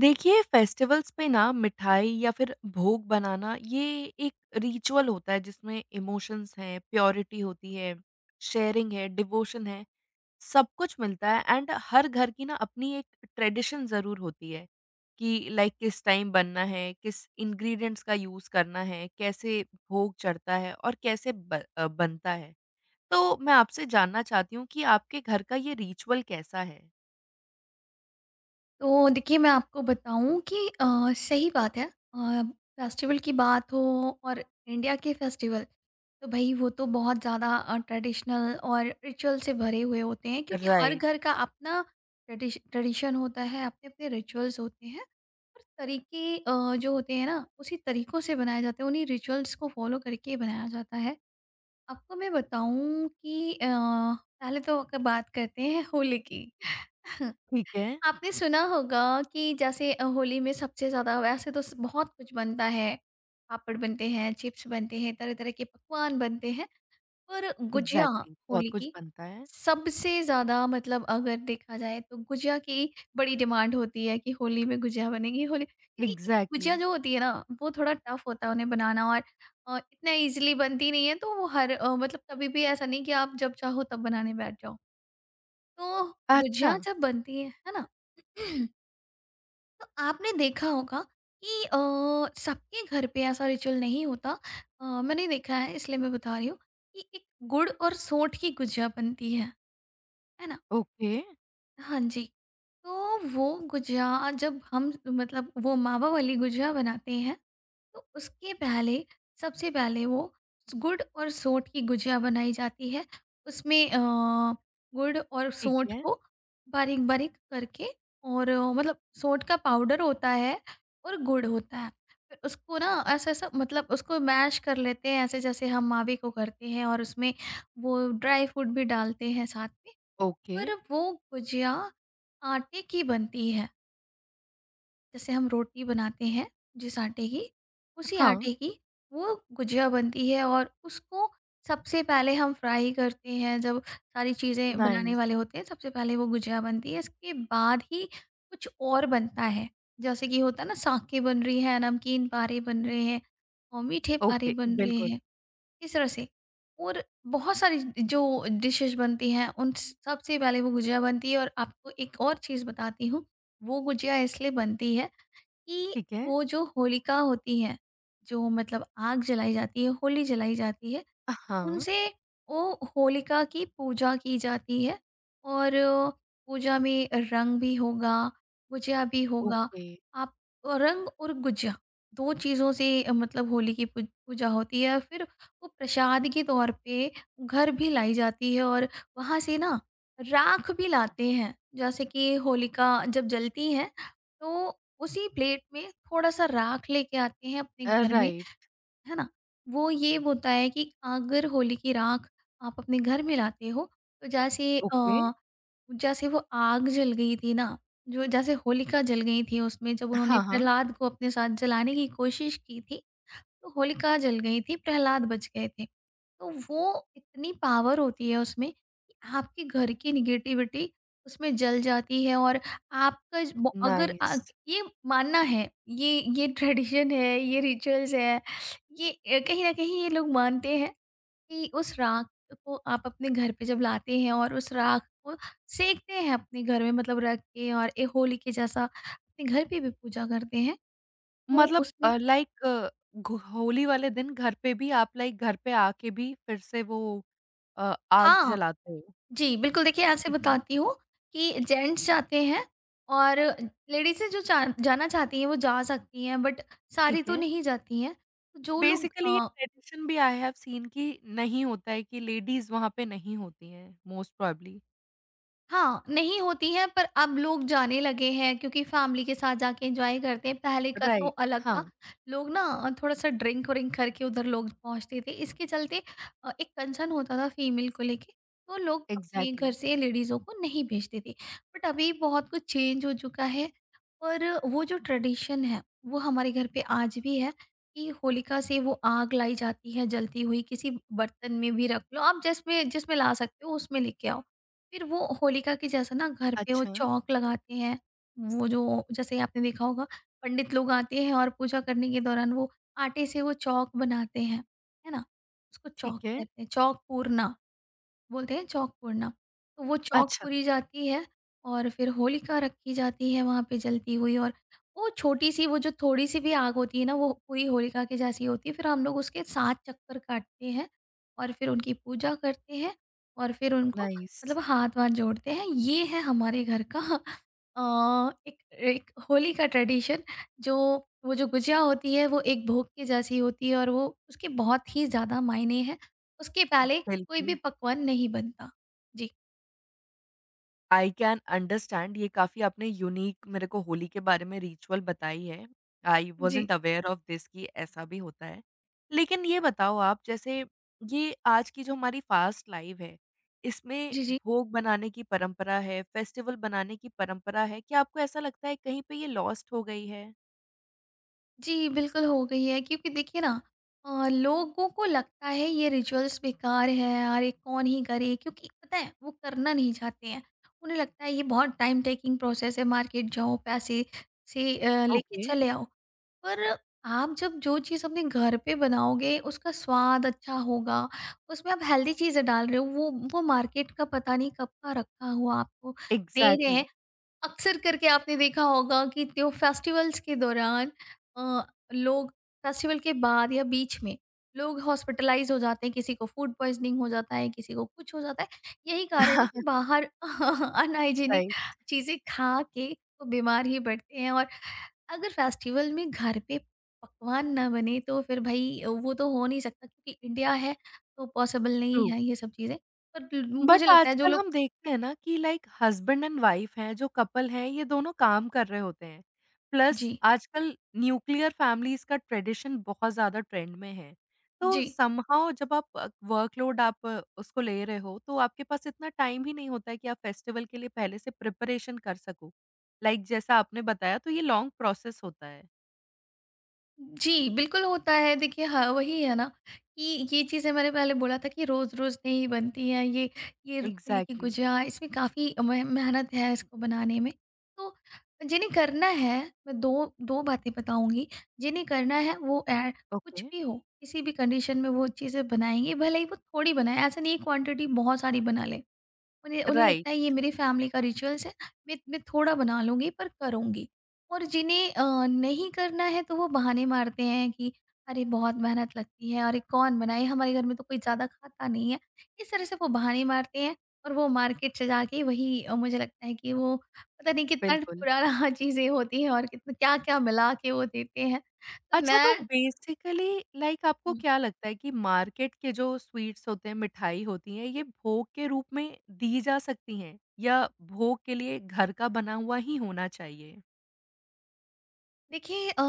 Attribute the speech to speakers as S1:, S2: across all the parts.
S1: देखिए, फेस्टिवल्स पे ना मिठाई या फिर भोग बनाना ये एक रिचुअल होता है जिसमें इमोशंस हैं, प्योरिटी होती है, शेयरिंग है, डिवोशन है, सब कुछ मिलता है एंड हर घर की ना अपनी एक ट्रेडिशन ज़रूर होती है कि लाइक किस टाइम बनना है, किस इंग्रीडिएंट्स का यूज़ करना है, कैसे भोग चढ़ता है और कैसे बनता है। तो मैं आपसे जानना चाहती हूँ कि आपके घर का ये रिचुअल कैसा है?
S2: तो देखिए मैं आपको बताऊँ कि सही बात है। अ, फेस्टिवल की बात हो और इंडिया के फेस्टिवल तो भाई वो तो बहुत ज़्यादा ट्रेडिशनल और रिचुअल से भरे हुए होते हैं क्योंकि हर
S1: राइट।
S2: घर का अपना ट्रेडिशन होता है अपने अपने रिचुअल्स होते हैं और तरीके जो होते हैं ना उसी तरीकों से बनाए जाते हैं उन्हीं रिचुअल्स को फॉलो करके बनाया जाता है। आपको मैं बताऊं कि पहले तो अगर बात करते हैं होली की।
S1: ठीक है।
S2: आपने सुना होगा कि जैसे होली में सबसे ज़्यादा वैसे तो बहुत कुछ बनता है। पापड़ बनते हैं, चिप्स बनते हैं, तरह तरह के पकवान बनते हैं, पर गुजिया
S1: एग्ज़ैक्टली बहुत
S2: होली
S1: कुछ
S2: की
S1: बनता है।
S2: सबसे ज़्यादा मतलब अगर देखा जाए तो गुजिया की बड़ी डिमांड होती है कि होली में गुजिया बनेगी। होली क्योंकि
S1: एग्ज़ैक्टली।
S2: गुजिया जो होती है ना, वो थोड़ा टफ होता है उन्हें बनाना और इतना इजीली बनती नहीं है। तो वो हर मतलब कभी भी ऐसा नहीं कि आप जब चाहो तब बनाने बैठ जाओ। तो
S1: अच्छा।
S2: गुजिया जब बनती है ना। तो आपने देखा होगा कि सबके घर पे ऐसा रिचुअल नहीं होता। मैंने देखा है इसलिए मैं बता रही हूँ कि एक गुड़ और सोंठ की गुजिया बनती है ना।
S1: ओके।
S2: हाँ जी। तो वो गुजिया जब हम मतलब वो मावा वाली गुजिया बनाते हैं, तो उसके पहले सबसे पहले वो गुड़ और सोंठ की गुजिया बनाई जाती है। उसमें गुड़ और
S1: ठीक
S2: सोंठ
S1: है।
S2: को बारीक-बारीक करके और मतलब सोंठ का पाउडर होता है और गुड़ होता है। फिर उसको ना ऐसा-ऐसा मतलब उसको मैश कर लेते हैं ऐसे जैसे हम मावे को करते हैं और उसमें वो ड्राई फ्रूट भी डालते हैं साथ में।
S1: ओके।
S2: पर वो गुजिया आटे की बनती है। जैसे हम रोटी बनाते हैं जिस आटे की, उसी
S1: हाँ।
S2: आटे की वो गुजिया बनती है और उसको सबसे पहले हम फ्राई करते हैं। जब सारी चीज़ें बनाने
S1: नाइस।
S2: वाले होते हैं सबसे पहले वो गुजिया बनती है, इसके बाद ही कुछ और बनता है। जैसे कि होता है ना, साके बन रही है, नमकीन पारे बन रहे हैं और मीठे पारे
S1: ओके।
S2: बन रहे
S1: बिल्कुल।
S2: हैं। इस तरह से और बहुत सारी जो डिशेस बनती हैं उन सबसे पहले वो गुजिया बनती है। और आपको एक और चीज़ बताती हूँ, वो गुजिया इसलिए बनती है कि
S1: ठीक है।
S2: वो जो होलिका होती है, जो मतलब आग जलाई जाती है, होली जलाई जाती है,
S1: हाँ।
S2: उनसे वो होलिका की पूजा की जाती है और पूजा में रंग भी होगा, गुजिया भी होगा।
S1: ओके।
S2: आप रंग और गुजिया 2 चीज़ों से मतलब होली की पू पूजा होती है। फिर वो प्रसाद के तौर पे घर भी लाई जाती है और वहाँ से ना राख भी लाते हैं। जैसे कि होलिका जब जलती है, तो उसी प्लेट में थोड़ा-सा राख लेके आते हैं अपने घर में,
S1: राइट।
S2: है ना? वो ये होता है कि अगर होली की राख आप अपने घर में लाते हो, तो जैसे
S1: ओके।
S2: जैसे वो आग जल गई थी ना, जो जैसे होलिका जल गई थी उसमें जब उन्होंने
S1: हाँ, हाँ।
S2: प्रहलाद को अपने साथ जलाने की कोशिश की थी, तो होलिका जल गई थी, प्रहलाद बच गए थे। तो वो इतनी पावर होती है उसमें कि आपके घर की निगेटिविटी उसमें जल जाती है और आपका वो अगर
S1: नाइस।
S2: ये मानना है, ये ये ट्रेडिशन है, ये रिचुअल्स है। ये कहीं ना कहीं ये लोग मानते हैं कि उस राख को आप अपने घर पे जब लाते हैं और उस राख को सेकते हैं अपने घर में मतलब रख के और एक होली के जैसा अपने घर पे भी पूजा करते हैं। वो
S1: मतलब,
S2: उसमें
S1: लाइक, घ होली वाले दिन घर पे भी आप लाइक घर पे आके भी फिर से वो आग
S2: हाँ
S1: जलाते हो।
S2: जी, बिल्कुल। देखिए ऐसे
S1: ठीक है।
S2: बताती हूँ कि जेंट्स जाते हैं और लेडीज़ें जो जा जाना चाहती हैं वो जा सकती हैं, बट सारी
S1: ठीक
S2: तो
S1: है।
S2: नहीं जाती हैं। तो जो लोग
S1: बेसिकली ये
S2: अ।
S1: ट्रेडिशन भी आई हैव सीन कि नहीं होता है कि लेडीज़ वहाँ पे नहीं होती हैं मोस्ट प्रोबब्ली।
S2: हाँ, नहीं होती है पर अब लोग जाने लगे हैं क्योंकि फैमिली के साथ जाके एंजॉय करते हैं। पहले का तो
S1: राइट।
S2: अलग था।
S1: हाँ।
S2: लोग ना थोड़ा-सा ड्रिंक व्रिंक करके उधर लोग पहुँचते थे। इसके चलते एक कंसर्न होता था फीमेल को लेके, तो लोग अपने घर
S1: एग्ज़ैक्टली।
S2: से लेडीज़ों को नहीं भेजते थे। बट अभी बहुत कुछ चेंज हो चुका है और वो जो ट्रेडिशन है, वो हमारे घर पे आज भी है कि होलिका से वो आग लाई जाती है जलती हुई, किसी बर्तन में भी रख लो। आप जिसमें जिसमें ला सकते हो उसमें लेके आओ। फिर वो होलिका के जैसा ना घर पे वो
S1: अच्छा।
S2: चौक लगाते हैं। वो जो जैसे आपने देखा होगा पंडित लोग आते हैं और पूजा करने के दौरान वो आटे से वो चौक बनाते हैं, है ना? उसको चौक
S1: ठीक है।
S2: कहते हैं, चौक पूरना। बोलते हैं चौक पूरना। तो वो चौक
S1: अच्छा।
S2: पूरी जाती है और फिर होलिका रखी जाती है वहाँ पे जलती हुई, और वो छोटी-सी वो जो थोड़ी-सी भी आग होती है ना वो पूरी होलिका के जैसी होती है। फिर हम लोग उसके 7 चक्कर काटते हैं और फिर उनकी पूजा करते हैं और फिर उनको
S1: नाइस।
S2: मतलब हाथ-वाथ जोड़ते हैं। ये है हमारे घर का एक एक होली का ट्रेडिशन। जो वो जो गुजिया होती है वो एक भोग के जैसी होती है और वो उसके बहुत ही ज़्यादा मायने हैं। उसके पहले कोई भी
S1: बिल्कुल।
S2: पकवान नहीं बनता। जी।
S1: आई कैन अंडरस्टैंड ये काफ़ी आपने यूनिक मेरे को होली के बारे में रिचुअल बताई है। आई
S2: जी।
S1: वाज़न्ट अवेयर ऑफ दिस कि ऐसा भी होता है। लेकिन ये बताओ आप जैसे ये आज की जो हमारी फ़ास्ट लाइफ़ है, इसमें
S2: जी, जी।
S1: भोग बनाने की परंपरा है, फेस्टिवल बनाने की परंपरा है, क्या आपको ऐसा लगता है कहीं पे ये लॉस्ट हो गई है?
S2: जी, बिल्कुल हो गई है क्योंकि देखिए ना लोगों को लगता है ये रिचुअल्स बेकार है, अरे कौन ही करे क्योंकि पता है वो करना नहीं चाहते हैं। उन्हें लगता है ये बहुत टाइम टेकिंग प्रोसेस है, मार्केट जाओ, पैसे से लेके
S1: ओके।
S2: चले आओ। पर आप जब जो चीज़ अपने घर पे बनाओगे उसका स्वाद अच्छा होगा, उसमें आप हेल्दी चीज़ें डाल रहे हो, वो मार्केट का पता नहीं कब का रखा हुआ आपको दे रहे
S1: एग्ज़ैक्टली।
S2: हैं। अक्सर करके आपने देखा होगा कि त्यो फेस्टिवल्स के दौरान अ, लोग फेस्टिवल के बाद या बीच में लोग हॉस्पिटलाइज हो जाते हैं, किसी को फूड पॉइजनिंग हो जाता है, किसी को कुछ हो जाता है। यही कारण है कि बाहर अनहाइजीनिक
S1: राइट।
S2: चीज़ें खा के वो बीमार ही पड़ते हैं और अगर फेस्टिवल में घर पे पकवान ना बने तो फिर भाई वो तो हो नहीं सकता क्योंकि इंडिया है, तो पॉसिबल नहीं
S1: ट्रू।
S2: है ये सब चीज़ें। पर
S1: बट
S2: मुझे लगता है जो
S1: आजकल
S2: लोग
S1: हम देखते हैं ना कि लाइक हस्बैंड एंड वाइफ हैं जो कपल हैं ये दोनों काम कर रहे होते हैं, प्लस
S2: जी
S1: आजकल न्यूक्लियर फैमिलीज का ट्रेडिशन बहुत ज्यादा ट्रेंड में है। तो
S2: जी।
S1: समहाउ जब आप वर्कलोड आप उसको ले रहे हो तो आपके पास इतना टाइम ही नहीं होता है कि आप फेस्टिवल के लिए पहले से प्रिपरेशन कर सको। लाइक जैसा आपने बताया तो ये लॉन्ग प्रोसेस होता है।
S2: जी, बिल्कुल होता है। देखिए हाँ, वही है ना कि ये चीज़ें मैंने पहले बोला था कि रोज़-रोज़ नहीं बनती हैं ये। ये रसगुल्ले की
S1: एग्जैक्टली।
S2: गुजिया इसमें काफ़ी मेहनत है इसको बनाने में। तो जिन्हें करना है मैं 2 2 बातें बताऊँगी। जिन्हें करना है वो ऐ कुछ
S1: ओके।
S2: भी हो, किसी भी कंडीशन में वो चीज़ें बनाएँगे, भले ही वो थोड़ी बनाएँ, ऐसा नहीं है क्वांटिटी बहुत सारी बना लें। उन्हें उन्हें
S1: राइट।
S2: लगता है ये मेरी फैमिली का रिचुअल्स है, मैं थोड़ा बना लूँगी पर करूँगी। और जिन्हें नहीं करना है तो वो बहाने मारते हैं कि अरे बहुत मेहनत लगती है, अरे कौन बनाए, हमारे घर में तो कोई ज़्यादा खाता नहीं है। इस तरह से वो बहाने मारते हैं और वो मार्केट से जाके वही मुझे लगता है कि वो पता नहीं कितना
S1: बिल्कुल।
S2: पुराना चीज़ें होती हैं और कितना क्या-क्या मिला के वो देते हैं। तो
S1: अच्छा, तो
S2: मैं
S1: बेसिकली, लाइक, आपको क्या लगता है कि मार्केट के जो स्वीट्स होते हैं, मिठाई होती हैं, ये भोग के रूप में दी जा सकती हैं या भोग के लिए घर का बना हुआ ही होना चाहिए?
S2: देखिए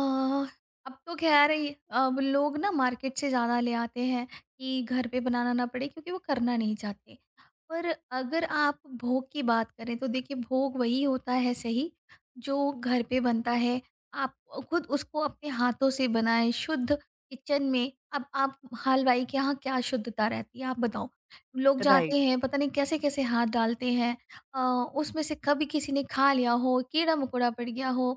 S2: अब तो ख़ैर ये अब लोग ना मार्केट से ज़्यादा ले आते हैं कि घर पे बनाना ना पड़े क्योंकि वो करना नहीं चाहते। पर अगर आप भोग की बात करें तो देखिए भोग वही होता है सही जो घर पे बनता है। आप खुद उसको अपने हाथों से बनाएँ शुद्ध किचन में। अब आप हलवाई के यहाँ क्या शुद्धता रहती है, आप बताओ? लोग जाते
S1: राइट।
S2: हैं, पता नहीं कैसे-कैसे हाथ डालते हैं। अ, उसमें से कभी किसी ने खा लिया हो, कीड़ा-मकोड़ा पड़ गया हो,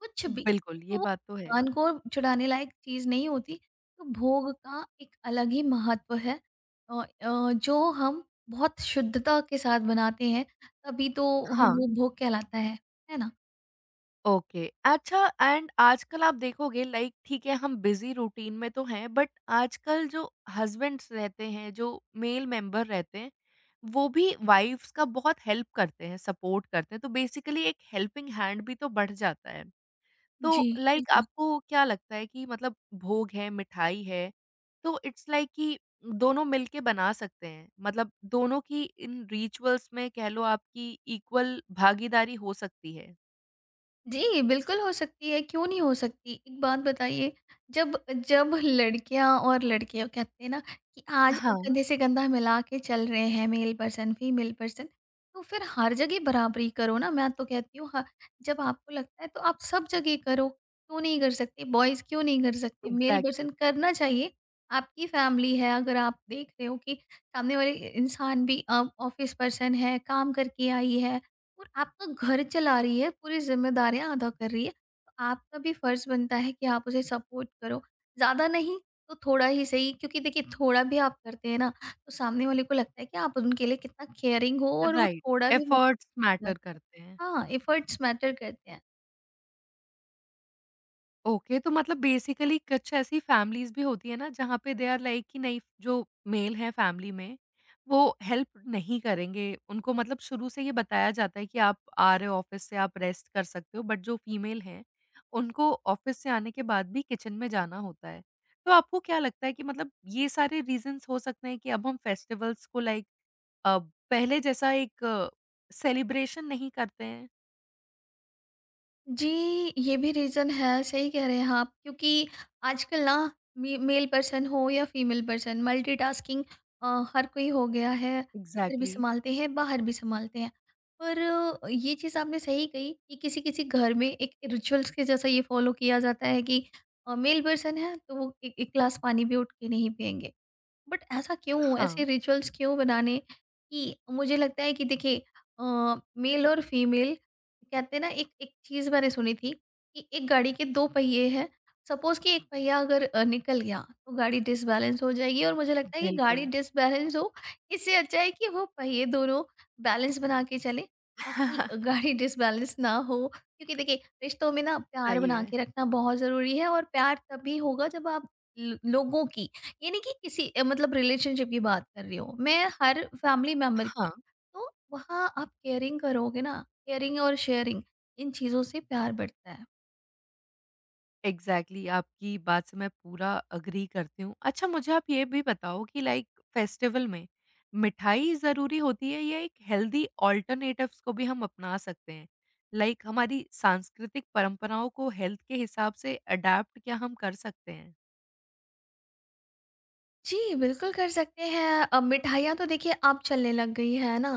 S2: कुछ भी।
S1: बिल्कुल,
S2: तो
S1: ये
S2: वो
S1: बात तो है।
S2: भगवान को चढ़ाने लायक चीज़ नहीं होती। तो भोग का एक अलग ही महत्व है। अ जो हम बहुत शुद्धता के साथ बनाते हैं, तभी तो ह हुँ। वो
S1: हाँ।
S2: भोग कहलाता है। है ना?
S1: ओके। अच्छा एंड आजकल आप देखोगे लाइक ठीक है हम बिज़ी रूटीन में तो हैं, बट आजकल जो हस्बैंड्स रहते हैं, जो मेल मेंबर रहते हैं, वो भी वाइफ्स का बहुत हेल्प करते हैं, सपोर्ट करते हैं। तो बेसिकली एक हेल्पिंग हैंड भी तो बढ़ जाता है।
S2: जी,
S1: तो लाइक
S2: बिल्कुल।
S1: आपको क्या लगता है कि मतलब भोग है, मिठाई है, तो इट्स लाइक कि दोनों मिलके बना सकते हैं। मतलब दोनों की इन रिचुअल्स में कह लो आपकी इक्वल भागीदारी हो सकती है।
S2: जी, बिल्कुल हो सकती है, क्यों नहीं हो सकती? एक बात बताइए, जब जब लड़कियाँ और लड़के कहते हैं ना कि आज
S1: हाँ।
S2: कंधे से कंधा मिला के चल रहे हैं मेल पर्सन, फीमेल पर्सन, तो फिर हर जगह बराबरी करो ना। मैं तो कहती हूँ ह जब आपको लगता है तो आप सब जगह करो, क्यों नहीं कर सकते? बॉयज़ क्यों नहीं कर सकते? Mail
S1: exactly.
S2: पर्सन करना चाहिए। आपकी फैमिली है, अगर आप देख रहे हो कि सामने वाले इंसान भी ऑफ़िस पर्सन है, काम करके आई है, और आपका घर चला रही है, पूरी ज़िम्मेदारियाँ अदा कर रही है, तो आपका भी फ़र्ज़ बनता है कि आप उसे सपोर्ट करो। ज़्यादा नहीं तो थोड़ा ही सही क्योंकि देखिए थोड़ा भी आप करते हैं ना, तो सामने वाले को लगता है कि आप उनके लिए कितना केयरिंग हो और वो
S1: राइट।
S2: थोड़ा भी
S1: एफर्ट्स
S2: मौका
S1: मैटर
S2: लगता है।
S1: करते हैं।
S2: हाँ, एफ़र्ट्स मैटर करते हैं।
S1: ओके, तो मतलब बेसिकली कुछ ऐसी फैमिलीज़ भी होती है ना, जहाँ पे दे आर लाइक कि नहीं, जो मेल है फैमिली में, वो हेल्प नहीं करेंगे। उनको मतलब शुरू से ये बताया जाता है कि आप आ रहे हो ऑफ़िस से, आप रेस्ट कर सकते हो, बट जो फीमेल हैं, उनको ऑफ़िस से आने के बाद भी किचन में जाना होता है। तो आपको क्या लगता है कि मतलब ये सारे रीज़न्स हो सकते हैं कि अब हम फेस्टिवल्स को लाइक, अ, पहले जैसा एक सेलिब्रेशन नहीं करते हैं?
S2: जी, ये भी रीज़न है, सही कह रहे हैं आप क्योंकि आजकल ना मे मेल पर्सन हो या फीमेल पर्सन मल्टीटास्किंग अ, हर कोई हो गया है, घर भी
S1: एग्ज़ैक्टली।
S2: सँभालते हैं, बाहर भी सँभालते हैं। पर ये चीज़ आपने सही कही कि किसी-किसी घर में एक रिचुअल्स के जैसा ये फ़ॉलो किया जाता है कि मेल पर्सन है तो वो ए एक ग्लास पानी भी उठ के नहीं पिएँगे। बट ऐसा क्यों?
S1: हाँ,
S2: ऐसे रिचुअल्स क्यों बनाने? कि मुझे लगता है कि देखिए अ, मेल और फीमेल कहते हैं ना एक एक चीज़ मैंने सुनी थी कि एक गाड़ी के 2 पहिये हैं। सपोज़ कि एक पहिया अगर निकल गया तो गाड़ी डिसबैलेंस हो जाएगी और मुझे लगता है कि गाड़ी
S1: बिल्कुल।
S2: डिसबैलेंस हो इससे अच्छा है कि वो पहिये दोनों बैलेंस बना के चलें ताकि गाड़ी डिसबैलेंस ना हो। क्योंकि देखिए रिश्तों में ना प्यार
S1: सही
S2: बना
S1: है।
S2: के रखना बहुत ज़रूरी है और प्यार तभी होगा जब आप ल लोगों की ये नहीं कि किसी मतलब रिलेशनशिप की बात कर रही हूँ मैं हर फैमिली मेंबर की
S1: हाँ,
S2: तो वहाँ आप केयरिंग करोगे ना। केयरिंग और शेयरिंग इन चीज़ों से प्यार बढ़ता है।
S1: एग्ज़ैक्टली आपकी बात से मैं पूरा एग्री करती हूँ। अच्छा मुझे आप ये भी बताओ कि लाइक फेस्टिवल में मिठाई ज़रूरी होती है या एक हेल्दी अल्टरनेटिव्स को भी हम अपना सकते हैं? लाइक हमारी सांस्कृतिक परंपराओं को हेल्थ के हिसाब से अडैप्ट क्या हम कर सकते हैं?
S2: जी बिल्कुल कर सकते हैं अब मिठाइयाँ तो देखिए अब चलने लग गई है ना।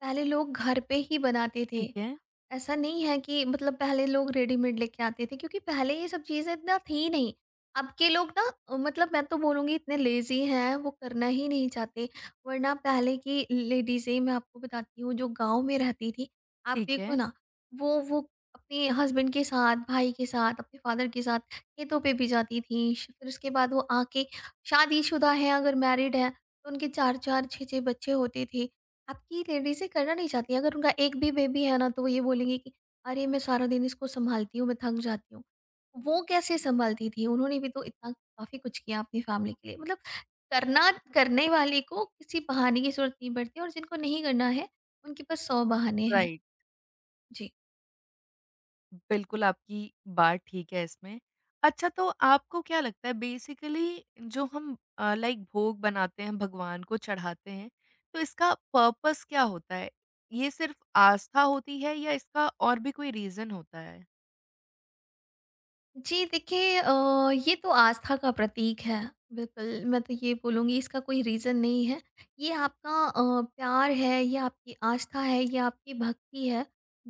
S2: पहले लोग घर पे ही बनाते थे।
S1: ठीक है।
S2: ऐसा नहीं है कि मतलब पहले लोग रेडीमेड लेके आते थे क्योंकि पहले ये सब चीज़ें इतना थी नहीं। अब के लोग ना मतलब मैं तो बोलूँगी इतने लेज़ी हैं वो करना ही नहीं चाहते। वरना पहले की लेडीज़ें मैं आपको बताती हूँ जो गाँव में रहती थी, आप
S1: ठीक
S2: देखो
S1: है।
S2: ना वो अपने हस्बैंड के साथ, भाई के साथ, अपने फ़ादर के साथ खेतों पे भी जाती थी। श फिर उसके बाद वो आके शादीशुदा हैं अगर मैरिड हैं तो उनके 4-4 6-6 बच्चे होते थे। आपकी लेडीज़ें करना नहीं चाहती हैं। अगर उनका एक भी बेबी है ना, तो वो ये बोलेंगी कि अरे! मैं सारा दिन इसको सँभालती हूँ, मैं थक जाती हूँ। वो कैसे सँभालती थीं? उन्होंने भी तो इतना काफ़ी कुछ किया अपनी फ़ैमिली के लिए। मतलब करना करने वाले को किसी बहाने की ज़रूरत नहीं पड़ती और जिनको नहीं करना है, उनके पास 100 बहाने हैं।
S1: राइट।
S2: जी।
S1: बिल्कुल, आपकी बात ठीक है इसमें। अच्छा तो आपको क्या लगता है बेसिकली जो हम लाइक भोग बनाते हैं, भगवान को चढ़ाते हैं, तो इसका पर्पस क्या होता है? ये सिर्फ़ आस्था होती है या इसका और भी कोई रीज़न होता है?
S2: जी देखिए ये तो आस्था का प्रतीक है। बिल्कुल मैं तो ये बोलूँगी इसका कोई रीज़न नहीं है। ये आपका प्यार है, ये आपकी आस्था है, ये आपकी भक्ति है,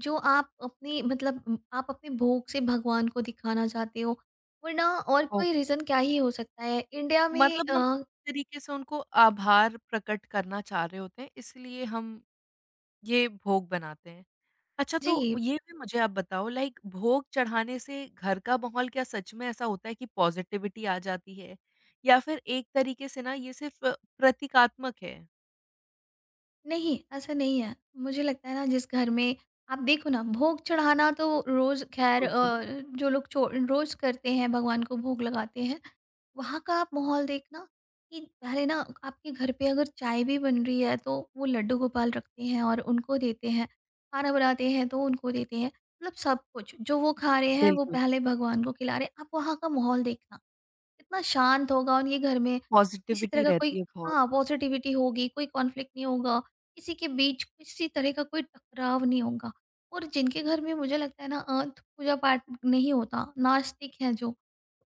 S2: जो आप अपने मतलब आप अपने भोग से भगवान को दिखाना चाहते हो। वरना और कोई
S1: ओके।
S2: रीज़न क्या ही हो सकता है इंडिया में
S1: मतलब हम इस तरीके से उनको आभार प्रकट करना चाह रहे होते हैं इसलिए हम ये भोग बनाते हैं। अच्छा तो
S2: जी।
S1: ये भी मुझे आप बताओ लाइक भोग चढ़ाने से घर का माहौल क्या सच में ऐसा होता है कि पॉजिटिविटी आ जाती है? या फिर एक तरीके से ना ये सिर्फ प्रतीकात्मक है?
S2: नहीं ऐसा नहीं है, मुझे लगता है ना जिस घर में आप देखो ना भोग चढ़ाना तो रोज़ खैर
S1: ओके।
S2: जो लोग रोज़ करते हैं भगवान को भोग लगाते हैं वहाँ का आप माहौल देखना कि पहले ना आपके घर पे अगर चाय भी बन रही है तो वो लड्डू गोपाल रखते हैं और उनको देते हैं, खाना बनाते हैं तो उनको देते हैं। मतलब सब कुछ जो वो खा रहे हैं वो
S1: बिल्कुल,
S2: पहले भगवान को खिला रहे हैं। आप वहाँ का माहौल देखना कितना शांत होगा उनके घर में, किसी तरह
S1: पॉजिटिविटी
S2: का कोई
S1: रहती है बहुत।
S2: हाँ, पॉज़िटिविटी होगी, कोई कॉन्फ्लिक्ट नहीं होगा, किसी के बीच किसी तरह का कोई टकराव नहीं होगा। और जिनके घर में मुझे लगता है ना पूजा-पाठ नहीं होता, नास्तिक हैं जो,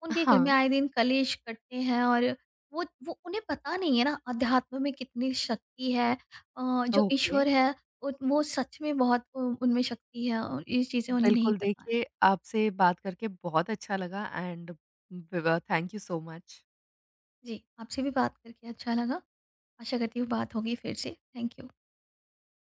S2: उनके घर
S1: हाँ।
S2: में आए दिन कलेश करते हैं और वो उन्हें पता नहीं है ना अध्यात्म में कितनी शक्ति है। जो
S1: ओके।
S2: ईश्वर है वो सच में बहुत उ उनमें शक्ति है और ये चीज़ें उन्हें नहीं
S1: बिल्कुल
S2: पता है।
S1: देखिए आपसे बात करके बहुत अच्छा लगा एंड ब थैंक यू सो मच।
S2: जी, आपसे भी बात करके अच्छा लगा। आशा करती हूँ बात होगी फिर से। Thank you.